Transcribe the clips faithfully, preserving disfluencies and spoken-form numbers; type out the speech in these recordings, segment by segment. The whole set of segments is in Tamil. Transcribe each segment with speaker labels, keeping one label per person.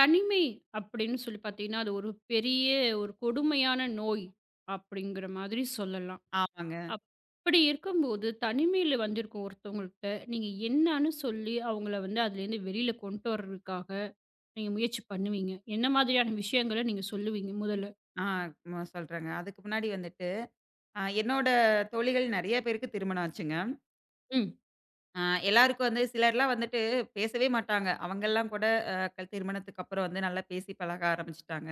Speaker 1: தனிமை அப்படின்னு சொல்லி பார்த்தீங்கன்னா, அது ஒரு பெரிய ஒரு கொடுமையான நோய் அப்படிங்கிற மாதிரி சொல்லலாம்.
Speaker 2: ஆமாங்க.
Speaker 1: அப்படி இருக்கும்போது, தனிமையில வந்திருக்கும் ஒருத்தவங்கள்ட்ட நீங்க என்னான்னு சொல்லி அவங்கள வந்து அதுலேருந்து வெளியில கொண்டு வர்றதுக்காக நீங்க முயற்சி பண்ணுவீங்க? என்ன மாதிரியான விஷயங்கள நீங்க சொல்லுவீங்க முதல்ல?
Speaker 2: ஆ ம சொல்றேங்க. அதுக்கு முன்னாடி வந்துட்டு, அ என்னோட தோழிகள் நெறைய பேருக்கு திருமணம் ஆச்சுங்க.
Speaker 1: ம்,
Speaker 2: அ எல்லாருக்கும் வந்து சிலர்லாம் வந்துட்டு பேசவே மாட்டாங்க. அவங்கலாம் கூட அ கல் திருமணத்துக்கு அப்புறம் வந்து நல்லா பேசி பழக ஆரம்பிச்சுட்டாங்க.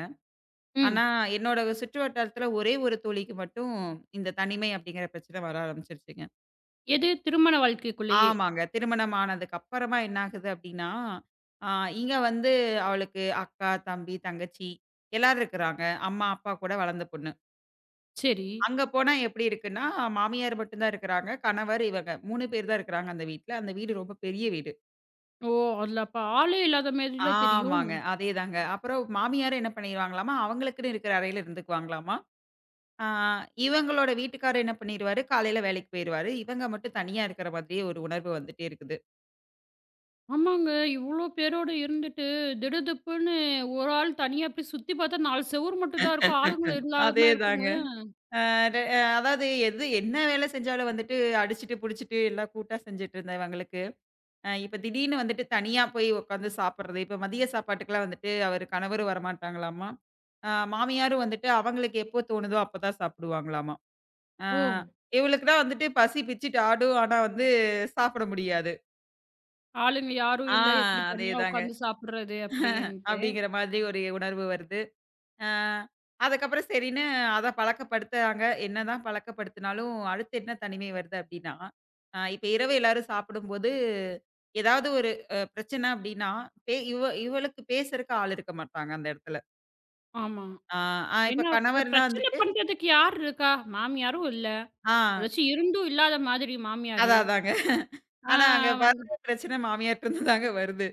Speaker 2: ஆனா,
Speaker 1: ம்.
Speaker 2: என்னோட சுற்று வட்டாரத்தில ஒரே ஒரு தோழிக்கு மட்டும் இந்த தனிமை அப்படிங்கிற பிரச்சனை வர ஆரம்பிச்சுருச்சுங்க.
Speaker 1: எது திருமண வாழ்க்கைக்குள்ளேயே?
Speaker 2: ஆமாங்க. திருமணம் ஆனதுக்கு அப்புறமா என்ன ஆகுது அப்படின்னா, அ இங்க வந்து அவளுக்கு அக்கா, தம்பி, தங்கச்சி எல்லாரும் இருக்கிறாங்க. அம்மா, அப்பா கூட வளர்ந்த பொண்ணு.
Speaker 1: சரி.
Speaker 2: அங்க போனா எப்படி இருக்குன்னா, மாமியார் மட்டும் தான் இருக்கிறாங்க. கணவர், இவங்க மூணு பேர் தான் இருக்கிறாங்க அந்த வீட்ல. அந்த வீடு ரொம்ப பெரிய வீடு.
Speaker 1: ஓ! அதில அப்ப ஆளே இல்லாத மாதிரில தெரியும்.
Speaker 2: ஆமாங்க. அதேதாங்க. அப்புறம் மாமியார் என்ன பண்ணிருவாங்களாமா, அவங்களுக்குன்னு இருக்கிற அறையில இருந்துக்குவாங்களாமா. ஆ இவங்களோட வீட்டுக்காரர் என்ன பண்ணிருவாரு, காலையில வேலைக்கு போயிருவாரு. இவங்க மட்டும் தனியா இருக்கிற மாதிரியே ஒரு உணர்வு வந்துட்டே இருக்குது.
Speaker 1: ஆமாங்க. இவ்ளோ பேரோட இருந்துட்டு, திடுதிப்புன்னு ஒரு ஆள் தனியா போய் சுத்தி பாத்தா நாலு செவுரு மட்டும் தான் இருக்கும். ஆளுங்கள இல்லாம இருக்குங்க.
Speaker 2: அதேதாங்க. ஆ ரெ அஹ் அதாவது எது என்ன வேலை செஞ்சாலும் வந்துட்டு அடிச்சுட்டு, புடிச்சுட்டு எல்லாம் கூட்டா செஞ்சுட்டு இருந்தவங்களுக்கு அ இப்ப திடீர்னு வந்துட்டு தனியா போய் உட்காந்து சாப்பிடுறது. இப்ப மதிய சாப்பாட்டுக்கெல்லாம் வந்துட்டு அவரு கணவரும் வரமாட்டாங்களாமா. அ மாமியாரும் வந்துட்டு அவங்களுக்கு எப்போ தோணுதோ அப்பதான் சாப்பிடுவாங்களாமா. அ
Speaker 1: ஓ!
Speaker 2: இவளுக்குதான் வந்துட்டு பசி பிச்சுட்டு ஆடும். ஆனா வந்து சாப்பிட முடியாது.
Speaker 1: ஆளுங்க யாரும்
Speaker 2: ஆ
Speaker 1: இல்ல. எப்படி தனியா
Speaker 2: அதேதாங்க.
Speaker 1: உட்காந்து சாப்பிடுறது? அப்படின்ட்டு.
Speaker 2: அப்படிங்கிற மாதிரி ஒரு உணர்வு வருது. ஆ, அதுக்கப்புறம் சரின்னு அத பழக்கப்படுத்துறாங்க. என்னதான் பழக்கப்படுத்தினாலும், அடுத்து என்ன தனிமை வருது அப்படின்னா, அ இப்ப இரவு எல்லாரும் சாப்பிடும்போது, ஏதாவது ஒரு அ பிரச்சனை அப்படின்னா, பே இவ இவளுக்கு பேசுறக்கு ஆள் இருக்க மாட்டாங்க அந்த இடத்துல.
Speaker 1: ஆமா.
Speaker 2: ஆ ஆ இப்ப
Speaker 1: ஏன்னா இப்ப
Speaker 2: கணவர்னா
Speaker 1: பிரச்சனை
Speaker 2: வந்துட்டு
Speaker 1: பண்றதுக்கு யார் இருக்கா? மாமியாரும் இல்ல.
Speaker 2: ஆ
Speaker 1: அதாச்சும் இருந்தும் இல்லாத மாதிரி மாமியாரு.
Speaker 2: அதான் அதாங்க.
Speaker 1: ஆ
Speaker 2: ஆனா அங்க
Speaker 1: வந்து
Speaker 2: வர்ற பிரச்சனை மாமியார்ட்ட இருந்து தாங்க வருது.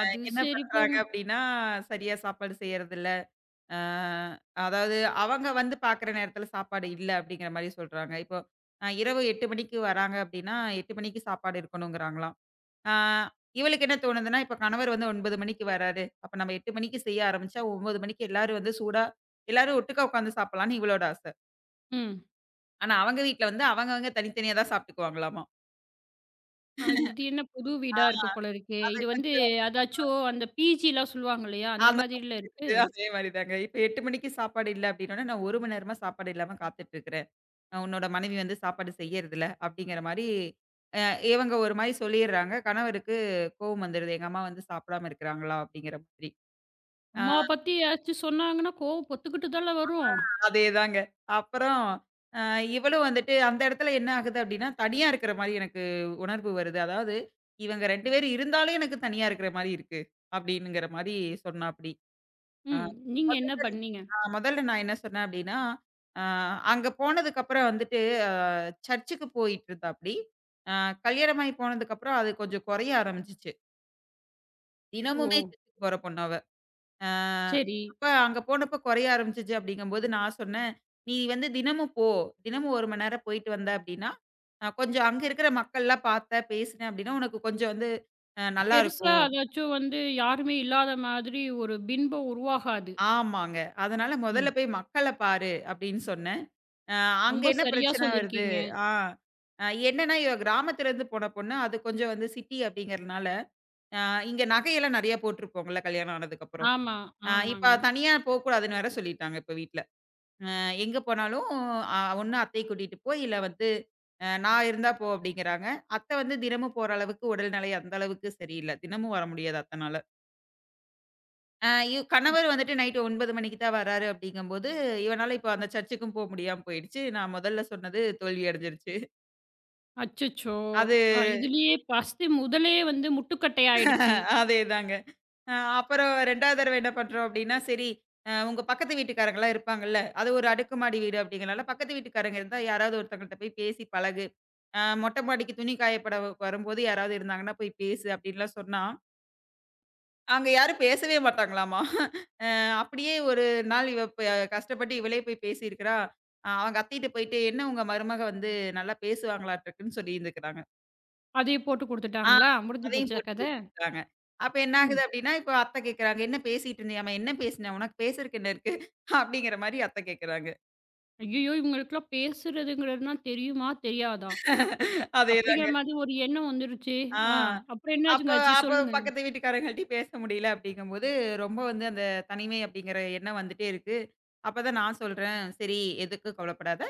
Speaker 1: அது
Speaker 2: என்ன
Speaker 1: சரி போங்க.
Speaker 2: பண்றாங்க அப்படின்னா, சரியா சாப்பாடு செய்யறதில்ல. அ அதாவது அவங்க வந்து பாக்குற நேரத்துல சாப்பாடு இல்ல அப்படிங்கிற மாரி சொல்றாங்க. இப்போ அ இரவு எட்டு மணிக்கு வராங்க அப்படின்னா, எட்டு மணிக்கு சாப்பாடு இருக்கணுங்கிறாங்களாம். அ இவளுக்கு என்ன தோணுதுன்னா, இப்ப கணவர் வந்து ஒன்பது மணிக்கு வராரு. அப்ப நம்ம எட்டு மணிக்கு செய்ய ஆரம்பிச்சா ஒன்பது மணிக்கு எல்லாரும் வந்து சூடா எல்லாரும் ஒட்டுக்கா உட்காந்து சாப்பிடலாம்னு இவளோட ஆசை.
Speaker 1: ம்.
Speaker 2: ஆனா அவங்க வீட்ல வந்து அவங்கவங்க தனித்தனியா தான் சாப்பிட்டுக்குவாங்களாமா.
Speaker 1: அ இது என்ன புது
Speaker 2: ஆ
Speaker 1: வீடா இருக்கு போல இருக்கே.
Speaker 2: அது
Speaker 1: இது வந்து
Speaker 2: கொஞ்சம்
Speaker 1: அதாச்சும் அந்த பிஜிலாம் சொல்லுவாங்க இல்லையா? அந்த
Speaker 2: அந்த
Speaker 1: மாதிரில
Speaker 2: மாதிரி
Speaker 1: இருக்கு.
Speaker 2: இருக்குது. அதே மாரி தாங்க. இப்ப எட்டு மணிக்கு சாப்பாடு இல்ல அப்படின்னோனே, நான் ஒரு மணி நேரமா சாப்பாடு இல்லாம காத்துட்டு இருக்கிறேன். அ உன்னோட மனைவி வந்து சாப்பாடு செய்யறதில்ல அப்படிங்கிற மாரி, அ இவங்க ஒரு மாரி சொல்லிர்றாங்க. கணவருக்கு கோவம் வந்துருது. எங்க அம்மா வந்து சாப்பிடாம இருக்கிறாங்களா? அப்படிங்கிற மாதிரி. அ
Speaker 1: அம்மாவ பத்தி ஏதாச்சும் சொன்னாங்கன்னா, கோவம் பொத்துக்கிட்டு தானே வரும்.
Speaker 2: அதேதாங்க. அப்புறம் அ இவளும் வந்துட்டு அந்த இடத்துல என்ன ஆகுது அப்படின்னா, தனியா இருக்கிற மாரி எனக்கு உணர்வு வருது. அதாவது இவங்க ரெண்டு பேர் இருந்தாலும் எனக்கு தனியா இருக்கிற மாரி இருக்கு. அப்படின்னுங்கிற மாரி சொன்னாப்படி. அ.
Speaker 1: ம். நீங்க என்ன பண்ணீங்க?
Speaker 2: ஆ முதல்ல நான் என்ன சொன்னேன் அப்டின்னா, அ அங்க போனதுக்கப்புறம் வந்துட்டு அ சர்ச்சுக்கு போயிட்டுருந்தாப்படி. அ கல்யாணமாகி போனதுக்கப்புறம் அது கொஞ்சம் குறைய ஆரம்பிச்சுச்சு.
Speaker 1: ஓ!
Speaker 2: தினமுமே சர்ச்சுக்கு போற பொண்ணு அவ. அ
Speaker 1: சரி.
Speaker 2: அப்ப அங்க போனப்போ குறைய ஆரம்பிச்சுச்சு அப்டிங்கும்போது நான் சொன்னேன், "நீ வந்து தினமும் போ. தினமும் ஒரு மணி நேரம் போயிட்டு வந்த அப்டின்னா, அ கொஞ்சம் அங்க இருக்கிற மக்கள்லாம் பார்த்த, பேசின அப்டின்னா, உனக்கு கொஞ்சம் வந்து அ
Speaker 1: பெருசா
Speaker 2: நல்லாருக்கும்."
Speaker 1: அதாச்சும் வந்து யாருமே இல்லாத மாதிரி ஒரு பின்பம் உருவாகாது.
Speaker 2: ஆமாங்க. அதனால "முதல்ல
Speaker 1: ம்.
Speaker 2: போய் மக்கள பாரு" அப்படின்னு சொன்னேன். அ அங்க
Speaker 1: ரொம்ப
Speaker 2: என்ன
Speaker 1: சரியா
Speaker 2: பிரச்சனை வருது?
Speaker 1: சொல்லியிருக்கீங்க.
Speaker 2: ஆ அ என்னன்னா, இவ கிராமத்துலருந்து போன பொண்ணு. அது கொஞ்சம் வந்து சிட்டி அப்படிங்கிறதுனால, அ இங்க நகையெல்லாம் நெறையா போட்டுருப்போங்கல்ல கல்யாணம் ஆனதுக்கப்புறம்.
Speaker 1: ஆமா,
Speaker 2: அ
Speaker 1: ஆமாங்க.
Speaker 2: இப்ப தனியா போக்கூடாதுன்னு வேற சொல்லிட்டாங்க இப்ப வீட்ல. அ எங்க போனாலும் அ ஒண்ணு அத்தைய கூட்டிட்டு போ, இல்ல வந்து அ நான் இருந்தா போ அப்படிங்கிறாங்க. அத்தை வந்து தினமும் போற அளவுக்கு உடல்நிலை அந்த அளவுக்கு சரியில்ல. தினமும் வர முடியாது அத்தனால. அ இவ் கணவர் வந்துட்டு நைட்டு ஒன்பது மணிக்கு தான் வராரு அப்படிங்கும்போது, இவனால இப்ப அந்த சர்ச்சுக்கும் போ முடியாம போயிடுச்சு. நான் முதல்ல சொன்னது தோல்வி அடைஞ்சிருச்சு.
Speaker 1: அச்சச்சோ!
Speaker 2: அது
Speaker 1: அ இதுலயே ஃபர்ஸ்ட்டு முதலே வந்து முட்டுக்கட்டை ஆயிடுச்சு.
Speaker 2: அதேதாங்க. அ அப்புறம் 2வது தடவ என்ன பண்றோம் அப்படின்னா, சரி அ உங்க பக்கத்து வீட்டுக்காரங்கலாம் இருப்பாங்கல்ல. அது ஒரு அடுக்குமாடி வீடு அப்படிங்கிறனால, பக்கத்து வீட்டுக்காரங்க இருந்தா யாராவது ஒருத்தவங்கள்ட்ட போய் பேசி பழகு. அ மொட்டை மாடிக்கு துணி காயப்பட வ- வரும்போது யாராவது இருந்தாங்கன்னா போய் பேசு அப்படின்லாம் சொன்னா, அங்க யாரும் பேசவே மாட்டாங்களாமா. அ அப்படியே ஒரு நாள் இவ ப கஷ்டப்பட்டு இவளே போய் பேசியிருக்கிறா. அ அவங்க அத்தைட்ட போயிட்டு, "என்ன உங்க மருமக வந்து நல்லா பேசுவாங்களாட்டுருக்குன்னு" சொல்லியிருந்துருக்கிறாங்க.
Speaker 1: அதையே போட்டு
Speaker 2: ஆ
Speaker 1: குடுத்துட்டாங்களா? முடிஞ்சு
Speaker 2: அதையும்
Speaker 1: போச்சா
Speaker 2: போட்டு
Speaker 1: கத?
Speaker 2: குடுத்துருக்காங்க. அப்ப என்ன ஆகுது
Speaker 1: ம்.
Speaker 2: அப்படின்னா, இப்ப அத்தை கேட்கறாங்க, "என்ன பேசிட்டு இருந்தியாம்மா? என்ன பேசின? உனக்கு பேசுறக்கு என்ன இருக்கு?" அப்படிங்கிற மாரி அத்தை கேட்கறாங்க.
Speaker 1: ஐயய்யோ! இவங்களுக்குலாம் பேசுறதுங்கிறதுனா தெரியுமா? தெரியாதா? அப்படிங்கிற
Speaker 2: அதேதாங்க.
Speaker 1: மாதிரி ஒரு எண்ணம் வந்துருச்சே!
Speaker 2: ஆ.
Speaker 1: ஆ. அப்புறம்
Speaker 2: அப்ப
Speaker 1: என்னாச்சுங்க ஆச்சு?
Speaker 2: அப்ப
Speaker 1: சொல்லுங்க.
Speaker 2: பக்கத்து வீட்டுக்காரங்கள்ட்டயும் பேச முடியல அப்படிங்கும்போது, ரொம்ப வந்து அந்த தனிமை அப்படிங்கிற எண்ணம் வந்துட்டே இருக்கு. அப்பதான் நான் சொல்றேன், "சரி எதுக்கும் கவலைப்படாத.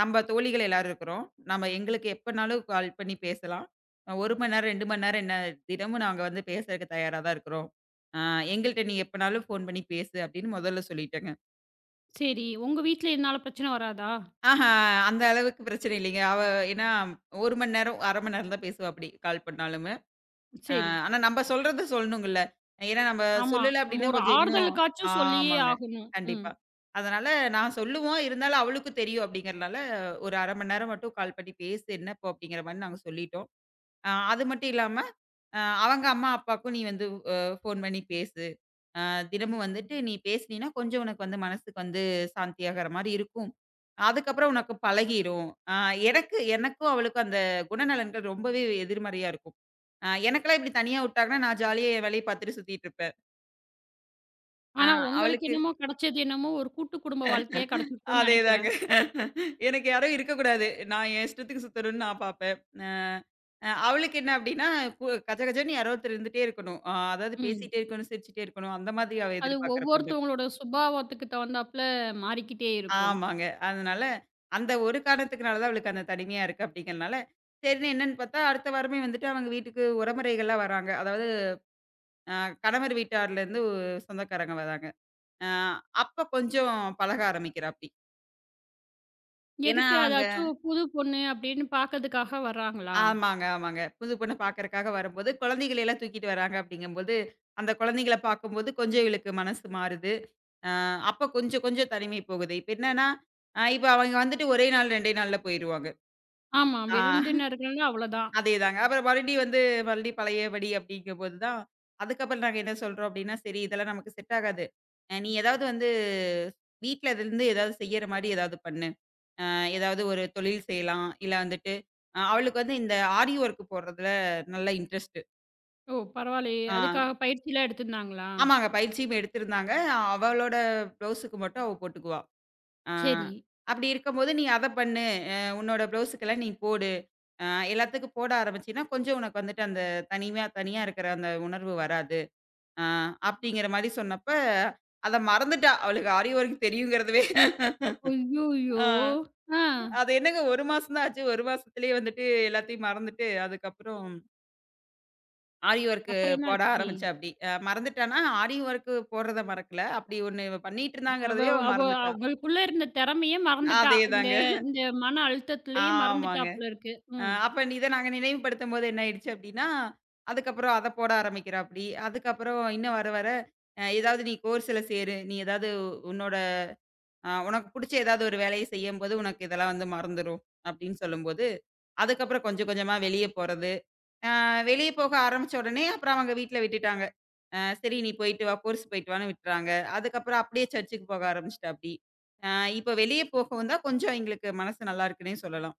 Speaker 2: நம்ம தோழிகள் எல்லாரும் இருக்கிறோம். நம்ம எங்களுக்கு எப்பனாலும் கால் பண்ணி பேசலாம். அ ஒரு மணி நேரம், ரெண்டு மணி நேரம் என்ன தினமும் நாங்க வந்து பேசுறதுக்கு தயாரா தான் இருக்கிறோம். ஆ எங்கள்ட்ட நீ எப்பனாலும் ஃபோன் பண்ணி பேசு" அப்படின்னு முதல்ல சொல்லிட்டேங்க.
Speaker 1: சரி. உங்க வீட்ல இதனால பிரச்சனை வராதா?
Speaker 2: ஆஹா, அந்த அளவுக்கு பிரச்சனை இல்லைங்க. அவ ஏன்னா ஒரு மணி நேரம், அரை மணி நேரம் தான் பேசுவா அப்படி கால் பண்ணாலும. அ
Speaker 1: சரி.
Speaker 2: ஆனா நம்ப சொல்றத சொல்லணுங்கல்ல. ஏன்னா நம்ம
Speaker 1: ஆமா.
Speaker 2: சொல்லல
Speaker 1: நம்ம
Speaker 2: அப்டின்னா
Speaker 1: ஒரு
Speaker 2: கொஞ்சம் இன்னும்
Speaker 1: ஆறுதலுக்காச்சும் சொல்லியே
Speaker 2: ஆமாங்க.
Speaker 1: ஆகணும். ம்.
Speaker 2: கண்டிப்பா. அதனால நான் சொல்லுவோம், இருந்தாலும் அவளுக்கும் தெரியும் அப்டிங்கிறனால, ஒரு அரை மணி நேரம் மட்டும் கால் பண்ணி பேசு என்னப்போ அப்டிங்கிற மாரி நாங்க சொல்லிட்டோம். அ அது மட்டும் இல்லாம, அ அவங்க அம்மா, அப்பாவுக்கும் நீ வந்து அ ஃபோன் பண்ணி பேசு. அ தினமும் வந்துட்டு நீ பேசினீன்னா கொஞ்சம் உனக்கு வந்து மனசுக்கு வந்து சாந்தியாகற மாரி இருக்கும். அதுக்கப்புறம் உனக்கு பழகிரும். அ எனக்கு எனக்கும் அவளுக்கும் அந்த குணநலன்கள் ரொம்பவே எதிர்மறையா இருக்கும். ஆ எனக்கெல்லாம் இப்டி தனியா விட்டாங்கன்னா, நான் ஜாலியா என் வேலைய பாத்துட்டு சுத்திட்டு இருப்பேன். ஆ
Speaker 1: ஆனா உங்களுக்கு
Speaker 2: அவளுக்கு
Speaker 1: என்னமோ கிடைச்சது என்னமோ ஒரு கூட்டு குடும்ப வாழ்க்கையா கிடைச்சிருக்கும்னு
Speaker 2: அதேதாங்க.
Speaker 1: நெனைக்கிறேன்.
Speaker 2: எனக்கு யாரும் இருக்கக்கூடாது. நான் என் இஷ்டத்துக்கு சுத்தணும்னு நான் பாப்பேன். அ அ அவளுக்கு என்ன அப்டின்னா, பு கஜ கஜன்னு யாரோ ஒருத்தர் இருந்துட்டே இருக்கணும். அ அதாவது
Speaker 1: ம்.
Speaker 2: பேசிட்டே இருக்கணும், சிரிச்சுட்டே இருக்கணும். அந்த மாதிரி அவ
Speaker 1: அது
Speaker 2: எதிர்பார்க்குற பொண்ணு.
Speaker 1: ஒவ்வொருத்தவங்களோட சுபாவத்துக்கு தகுந்தாப்புல மாறிக்கிட்டே இருக்கும்.
Speaker 2: ஆமாங்க. அதனால அந்த ஒரு காரணத்துக்குனால தான் அவளுக்கு அந்த தனிமையா இருக்கு அப்டிங்கிறனால, சரின்னு என்னன்னு பாத்தா, அடுத்த வாரமே வந்துட்டு அவங்க வீட்டுக்கு உறமுறைகள்லாம் வராங்க. அதாவது அ கணவர் வீட்டார்லேருந்து சொந்தக்காரங்க வராங்க. அ அப்ப கொஞ்சம் பழக ஆரம்பிக்கிறாப்படி. ஏன்னா
Speaker 1: எதுக்கு
Speaker 2: அவங்க
Speaker 1: அதாச்சும் புது பொண்ணு அப்படின்னு பார்க்கறதுக்காக வர்றாங்களா?
Speaker 2: ஆமாங்க, ஆமாங்க. புது பொண்ண பார்க்கறக்காக வரும்போது, குழந்தைகள எல்லாம் தூக்கிட்டு வராங்க அப்படிங்கும்போது, அந்த குழந்தைங்கள பார்க்கும்போது கொஞ்சம் இவளுக்கு மனசு மாறுது. அ அப்ப கொஞ்சம் கொஞ்சம் தனிமை போகுது. இப்ப என்னன்னா, அ இப்ப அவங்க வந்துட்டு ஒரே நாள் ரெண்டு நாள்ல போயிருவாங்க.
Speaker 1: ஆமா.
Speaker 2: ஆ
Speaker 1: விருந்தினர்கள்னா அவ்வளோதான்.
Speaker 2: அதேதாங்க. அப்புறம் மறுபடியும் வந்து மறுபடியும் பழையபடி அப்படிங்கும்போது தான், அதுக்கப்புறம் நாங்க என்ன சொல்றோம் அப்படின்னா, "சரி இதெல்லாம் நமக்கு செட் ஆகாது. அ நீ ஏதாவது வந்து வீட்ல இருந்து ஏதாவது செய்யற மாரி ஏதாவது பண்ணு." அ ஏதாவது ஒரு தொழில் செய்யலாம். இல்ல வந்துட்டு அ அவளுக்கு வந்து இந்த ஆரி ஒர்க் போடுறதுல நல்ல இன்ட்ரெஸ்ட்டு.
Speaker 1: ஓ! பரவாயில்லையே.
Speaker 2: ஆ
Speaker 1: அதுக்காக பயிற்சிலாம் எடுத்திருந்தாங்களா?
Speaker 2: ஆமாங்க. பயிற்சியும் எடுத்திருந்தாங்க. அவளோட ப்ளவுஸுக்கு மட்டும் அவ போட்டுக்குவா. ஆ
Speaker 1: சரி.
Speaker 2: அப்படி இருக்கும்போது, "நீ அத பண்ணு. அ உன்னோட ப்ளவுஸுக்கெல்லாம் நீ போடு. அ எல்லாத்துக்கும் போட ஆரம்பிச்சீன்னா, கொஞ்சம் உனக்கு வந்துட்டு அந்த தனிமையா தனியா இருக்கிற அந்த உணர்வு வராது." அ அப்படிங்கிற மாரி சொன்னப்ப, அத மறந்துட்டா. அவளுக்கு ஆரி ஒர்க் தெரியுங்கிறதுவே.
Speaker 1: ஐய்யய்யோ!
Speaker 2: ஆ
Speaker 1: ஆ.
Speaker 2: அது என்னங்க ஒரு மாசம் தான் ஆச்சு. ஒரு மாசத்திலேயே வந்துட்டு எல்லாத்தையும் மறந்துட்டு, அதுக்கப்புறம் ஆரி ஒர்க்கு
Speaker 1: அப்புறம்
Speaker 2: போட
Speaker 1: என்னாச்சு?
Speaker 2: ஆரம்பிச்சேன் அப்டி. அ மறந்துட்டான்னா, ஆரி ஒர்க்கு போடுறத மறக்கல. அப்டி ஒண்ணு இவ பண்ணிட்டு
Speaker 1: அவ
Speaker 2: இருந்தாங்கிறதையே அவ
Speaker 1: அவ
Speaker 2: மறந்துட்டா.
Speaker 1: அவளுக்குள்ள இருந்த திறமையே மறந்துட்டா. இந்த
Speaker 2: அதேதாங்க.
Speaker 1: இந்த மன அழுத்தத்திலேயே மறந்துட்டா
Speaker 2: ஆமாங்க.
Speaker 1: போல இருக்கு.
Speaker 2: அ
Speaker 1: ம்.
Speaker 2: அப்ப இத நாங்க நினைவுபடுத்தும்போது என்ன ஆயிடுச்சு அப்டின்னா, அதுக்கப்புறம் அத போட ஆரம்பிக்கிறாப்படி. அதுக்கப்புறம் இன்னும் வர வர அ ஏதாவது நீ கோர்ஸ்ல சேரு. நீ ஏதாவது உன்னோட அ உனக்கு புடிச்ச ஏதாவது ஒரு வேலைய செய்யும்போது, உனக்கு இதெல்லாம் வந்து மறந்துரும் அப்டின்னு சொல்லும்போது, அதுக்கப்புறம் கொஞ்சம் கொஞ்சமா வெளிய போறது. ஆ வெளிய போக ஆரம்பிச்ச உடனே, அப்புறம் அவங்க வீட்ல விட்டுட்டாங்க. அ சரி நீ போயிட்டு வா, கோர்ஸ் போயிட்டு வான்னு விட்டுட்டாங்க. அதுக்கப்புறம் அப்படியே சர்ச்சுக்கு போக ஆரம்பிச்சுட்டாப்டி. அ இப்ப வெளிய போகவும் தான் கொஞ்சம் எங்களுக்கு மனசு நல்லா இருக்குன்னே சொல்லலாம்.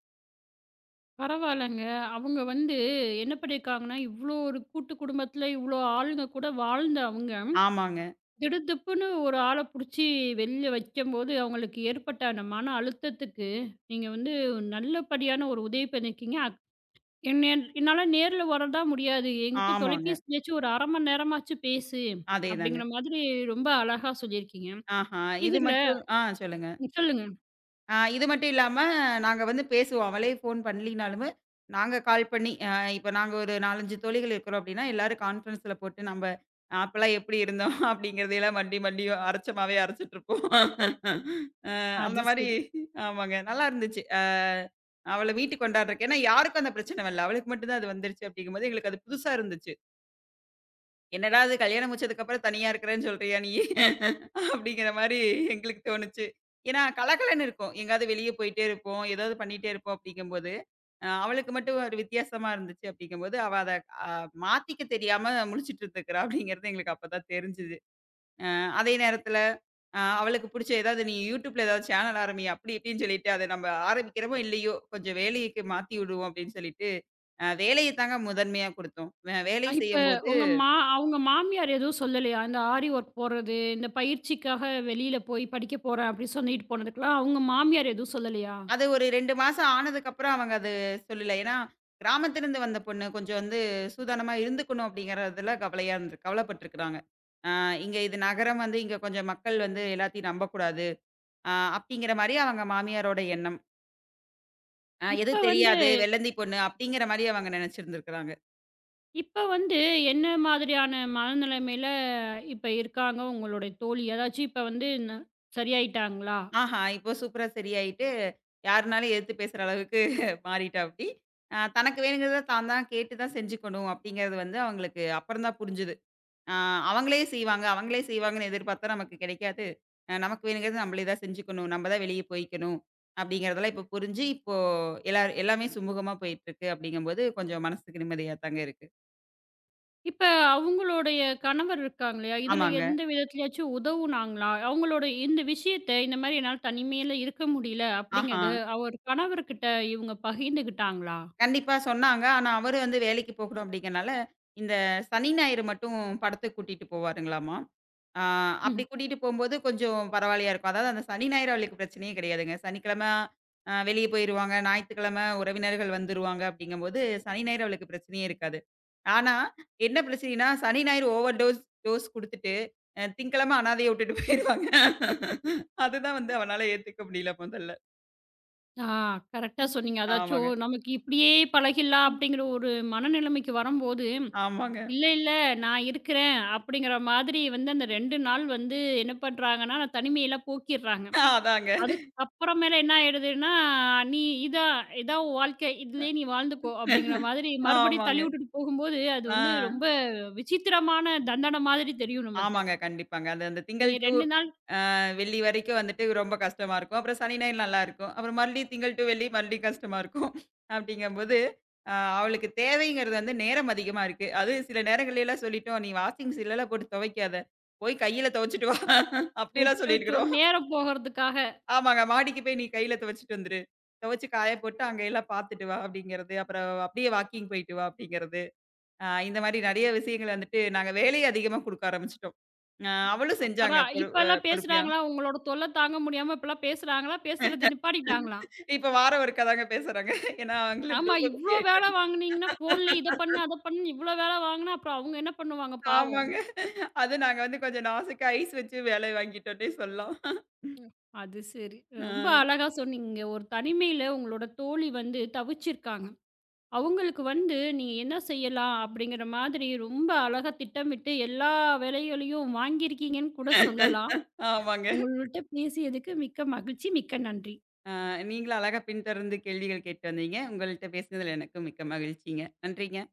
Speaker 1: பரவாயில்லங்க. அவங்க வந்து என்ன பண்ணியிருக்காங்கன்னா, இவ்ளோ ஒரு கூட்டு குடும்பத்தில இவ்ளோ ஆளுங்க கூட வாழ்ந்த அவங்க,
Speaker 2: ஆமாங்க,
Speaker 1: திடுதிப்புன்னு ஒரு ஆள புடிச்சு வெளில வைக்கும்போது, அவங்களுக்கு ஏற்பட்ட அந்த மன அழுத்தத்துக்கு, நீங்க வந்து நல்லபடியான ஒரு உதவி பண்ணியிருக்கீங்க. அக் என்ன என்னால நேர்ல வரதா முடியாது. என்கிட்ட
Speaker 2: ஆமாங்க.
Speaker 1: தொலைபேசிலயாச்சும் ஒரு அரை மணி நேரமாச்சும் பேசு,
Speaker 2: அதேதாங்க.
Speaker 1: அப்படிங்கிற மாதிரி ரொம்ப அழகா சொல்லியிருக்கீங்க.
Speaker 2: ஆஹா, இது
Speaker 1: இதுல
Speaker 2: மட்டும் ஆ சொல்லுங்க.
Speaker 1: சொல்லுங்க.
Speaker 2: ஆ இது மட்டும் இல்லாம, நாங்க வந்து பேசுவோம். அவளே ஃபோன் பண்ணலினாலுமே, நாங்க கால் பண்ணி அ இப்ப நாங்க ஒரு நாலு, அஞ்சு தோழிகள் இருக்கிறோம் அப்படின்னா, எல்லாரும் கான்ஃபரன்ஸ்ல போட்டு நம்ப அப்பலாம் எப்படி இருந்தோம் அப்படிங்கிறதையெல்லாம் மண்டி மண்டி அரைச்ச மாவே அரைச்சுட்ருப்போம். அ அந்த
Speaker 1: அது
Speaker 2: மாரி
Speaker 1: சரி.
Speaker 2: ஆமாங்க. நல்லா இருந்துச்சு. அ அவள வீட்டுக்கு கொண்டாடுறக்கு ஏன்னா யாருக்கும் அந்த பிரச்சனை வரல. அவளுக்கு மட்டும் தான் அது வந்துருச்சு அப்படிங்கும்போது, எங்களுக்கு அது புதுசா இருந்துச்சு. என்னடா இது கல்யாணம் முடிச்சதுக்கு அப்புறம் தனியா இருக்கிறேன்னு சொல்றியா நீ? அப்படிங்கிற மாரி எங்களுக்கு தோணுச்சு. ஏன்னா கலகலன்னு இருக்கும். எங்கேயாவது வெளிய போயிட்டே இருப்போம். ஏதாவது பண்ணிட்டே இருப்போம் அப்படிங்கும்போது, அ அவளுக்கு மட்டும் ஒரு வித்தியாசமா இருந்துச்சு அப்படிங்கும்போது, அவ அத அ மாத்திக்க தெரியாம முழிச்சுட்டு இருந்துக்கிறா அப்படிங்கிறது எங்களுக்கு அப்பதான் தெரிஞ்சுது. அ அதே நேரத்துல அ அவளுக்கு புடிச்ச ஏதாவது நீ YouTubeல ஏதாவது சேனல் ஆரம்பி அப்படி இப்படின்னு சொல்லிட்டு அத நம்ம ஆரம்பிக்கிறோமோ இல்லையோ, கொஞ்சம் வேலைக்கு மாத்தி விடுவோம் அப்படின்னு சொல்லிட்டு, அ வேலைய தாங்க முதன்மையா குடுத்தோம். அ
Speaker 1: அ
Speaker 2: வேலை
Speaker 1: இப்ப
Speaker 2: செய்யும்போது
Speaker 1: உங்க மா அவங்க மாமியார் எதுவும் சொல்லலையா? இந்த ஆரி ஒர்க் போறது, இந்த பயிற்சிக்காக வெளியில போய் படிக்க போறேன் அப்படி சொல்லிட்டு போனதுக்கெல்லாம் அவங்க மாமியார் எதுவும் சொல்லலையா?
Speaker 2: அது ஒரு ரெண்டு மாசம் ஆனதுக்கப்புறம் அவங்க அது சொல்லல. ஏன்னா, கிராமத்திலிருந்து வந்த பொண்ணு கொஞ்சம் வந்து சூதானமா இருந்துக்கணும் அப்படிங்கிறதுல கவலையா இருந்து கவலைப்பட்டுருக்கிறாங்க. ஆ இங்க இது நகரம் வந்து இங்க கொஞ்சம் மக்கள் வந்து எல்லாத்தையும் நம்பக்கூடாது. ஆ அப்படிங்கிற மாரி அவங்க மாமியாரோட எண்ணம். அ
Speaker 1: இப்ப
Speaker 2: எது
Speaker 1: வந்து
Speaker 2: தெரியாது, வெள்ளந்தி பொண்ணு அப்படிங்கிற மாரி அவங்க நெனைச்சிருந்திருக்கிறாங்க.
Speaker 1: இப்ப வந்து என்ன மாதிரியான மனநிலைமையில இப்ப இருக்காங்க உங்களுடைய தோழி? ஏதாச்சும் இப்ப வந்து ந சரியாயிட்டாங்களா?
Speaker 2: ஆஹா! இப்போ சூப்பரா சரியாயிட்டு, யாருனாலும் எதிர்த்து பேசுற அளவுக்கு மாறிட்டாப்படி. அ தனக்கு வேணுங்கிறத தான் தான் கேட்டு தான் செஞ்சுக்கணும் அப்படிங்கிறது வந்து அவங்களுக்கு அப்புறம் தான் புரிஞ்சுது. ஆ அவங்களே செய்வாங்க, அவங்களே செய்வாங்கன்னு எதிர்பார்த்தா நமக்கு கிடைக்காது. அ நமக்கு வேணுங்கிறது நம்மளே தான் செஞ்சுக்கணும். நம்ம தான் வெளிய போய்க்கணும். அப்படிங்கிறதெல்லாம் இப்போ புரிஞ்சு, இப்போ எல்லா எல்லாமே சுமூகமா போயிட்டுருக்கு அப்படிங்கும்போது, கொஞ்சம் மனசுக்கு நிம்மதியா தாங்க இருக்கு.
Speaker 1: இப்ப அவங்களுடைய கணவர் இருக்காங்க இல்லையா? இதுல
Speaker 2: ஆமாங்க.
Speaker 1: எந்த விதத்திலயாச்சும் உதவுனாங்களா? அவங்களோட இந்த விஷயத்த, இந்த மாரி என்னால தனிமையில இருக்க முடியல
Speaker 2: ஆஹா.
Speaker 1: அப்படிங்கிறத, அவர் கணவர்கிட்ட இவங்க பகிர்ந்துக்கிட்டாங்களா?
Speaker 2: கண்டிப்பா சொன்னாங்க. ஆனா, அவரு வந்து வேலைக்கு போகணும் அப்டிங்கனால, இந்த சனி, ஞாயிறு மட்டும் படத்துக்கு கூட்டிட்டு போவாருங்களாமா. ஆ அப்டி
Speaker 1: ம்.
Speaker 2: கூட்டிட்டு போம்போது கொஞ்சம் பரவாயில்லையா இருக்கும். அதாவது அந்த சனி, ஞாயிறு அவளுக்கு பிரச்சனையே கிடையாதுங்க. சனிக்கிழமை அ வெளிய போயிருவாங்க. ஞாயித்துக்கிழமை உறவினர்கள் வந்துருவாங்க அப்டிங்கும்போது, சனி, ஞாயிறு அவளுக்கு பிரச்சனையே இருக்காது. ஆனா, என்ன பிரச்சனைன்னா, சனி, ஞாயிறு ஓவர் டோஸ் டோஸ் குடுத்துட்டு, அ திங்கட்கிழமை அனாதைய விட்டுட்டு போயிருவாங்க. அதுதான் வந்து அவனால ஏத்துக்க முடியல முதல்ல.
Speaker 1: ஆ கரெக்ட்டா சொன்னீங்க.
Speaker 2: ஆமாங்க,
Speaker 1: அதாச்சும் நமக்கு இப்படியே பழகிடலாம் அப்படிங்கிற ஒரு மனநிலைமைக்கு வரும்போது,
Speaker 2: ஆமாங்க.
Speaker 1: "இல்ல, இல்ல நான் இருக்கிறேன்." அப்படிங்கிற மாதிரி வந்து அந்த ரெண்டு நாள் வந்து என்ன பண்றாங்கன்னா, அந்த தனிமையெல்லாம் போக்கிடுறாங்க.
Speaker 2: ஆஹ் அதாங்க.
Speaker 1: அதுக்கு அப்புறமேல என்ன ஆயிடுதுன்னா, "நீ இதான் இதான் உன் வாழ்க்கை. இதுலயே நீ வாழ்ந்துக்கோ." அப்படிங்கிற மாதிரி மறுபடியும்
Speaker 2: ஆமாங்க.
Speaker 1: தள்ளி விட்டுட்டு போகும்போது, அது
Speaker 2: ஆ,
Speaker 1: வந்து ரொம்ப விசித்திரமான தண்டன மாதிரி தெரியும் நமக்கு.
Speaker 2: ஆமாங்க. கண்டிப்பாங்க. அது அந்த திங்கள்
Speaker 1: இனி
Speaker 2: டூ
Speaker 1: ரெண்டு நாள்
Speaker 2: அ வெள்ளி வரைக்கும் வந்துட்டு ரொம்ப கஷ்டமா இருக்கும். அப்புறம் சனி, ஞாயிறு நல்லாருக்கும். அப்புறம் மறுபடியும் திங்கள் டூ வெள்ளி மறுபடியும் கஷ்டமா இருக்கும். அப்படிங்கம்போது, அ அவளுக்கு தேவைங்கிறது வந்து நேரம் அதிகமா இருக்கு. அதுவும் சில நேரங்கள்லலாம் சொல்லிட்டோம், "நீ வாஷிங் மிஷின்லலாம் போட்டு துவைக்காத. போய் கையில துவைச்சுட்டு வா." அப்படியெல்லாம்
Speaker 1: அச்சச்சோ!
Speaker 2: சொல்லியிருக்கிறோம்.
Speaker 1: நேரம் போகறதுக்காக.
Speaker 2: ஆமாங்க. "மாடிக்கு போய் நீ கையில துவைச்சுட்டு வந்துரு. துவைச்சு காய போட்டு அங்க எல்லாம் பார்த்துட்டு வா." அப்படிங்கிறது. அப்புறம் அப்படியே வாக்கிங் போயிட்டு வா அப்படிங்கிறது. ஆ இந்த மாரி நெறைய விஷயங்கள் வந்துட்டு நாங்க வேலைய அதிகமா குடுக்க ஆரம்பிச்சுட்டோம். அ அவளும்
Speaker 1: அப்படா
Speaker 2: செஞ்சாங்க பொறு அ
Speaker 1: இப்பல்லாம்
Speaker 2: பொறுமையா.
Speaker 1: பேசுறாங்களா? உங்களோட தொல்ல தாங்க முடியாம இப்பல்லாம் பேசுறாங்களா? பேசுறத நிப்பாட்டிட்டாங்களா?
Speaker 2: இப்ப வாரம் ஒருக்கா தாங்க பேசுறாங்க. ஏன்னா அவங்களும்
Speaker 1: ஆமா,
Speaker 2: ரொம்ப பிஸி
Speaker 1: இவ்ளோ வேலை
Speaker 2: ஆயிட்டாங்க.
Speaker 1: வாங்குனீங்கன்னா, ஃபோன்லயே இத பண்ணு, அத பண்ணுன்னு இவ்ளோ வேலை வாங்குனா, அப்புறம் அவங்க என்ன பண்ணுவாங்க பாவம்?
Speaker 2: ஆமாங்க. அது நாங்க வந்து கொஞ்சம் நாசுக்கு ஐஸ் வச்சு வேலை வாங்கிட்டோன்னே சொல்லலாம்.
Speaker 1: அது சரி.
Speaker 2: ஆ.
Speaker 1: ரொம்ப அழகா சொன்னீங்க. ஒரு தனிமையில உங்களோட தோழி வந்து தவிச்சிருக்காங்க. அவங்களுக்கு வந்து நீங்க என்ன செய்யலாம்? அப்படிங்கிற மாதிரி ரொம்ப அழகா திட்டமிட்டு எல்லா வேலைகளையும் வாங்கியிருக்கீங்கன்னு கூட சொல்லலாம்.
Speaker 2: ஆமாங்க.
Speaker 1: உங்கள்ட்ட பேசியதுக்கு மிக்க மகிழ்ச்சி. மிக்க நன்றி.
Speaker 2: அ நீங்களும் அழகா பின்தொடர்ந்து கேள்விகள் கேட்டு வந்தீங்க. உங்கள்ட்ட பேசினதுல எனக்கும் மிக்க மகிழ்ச்சிங்க. நன்றிங்க.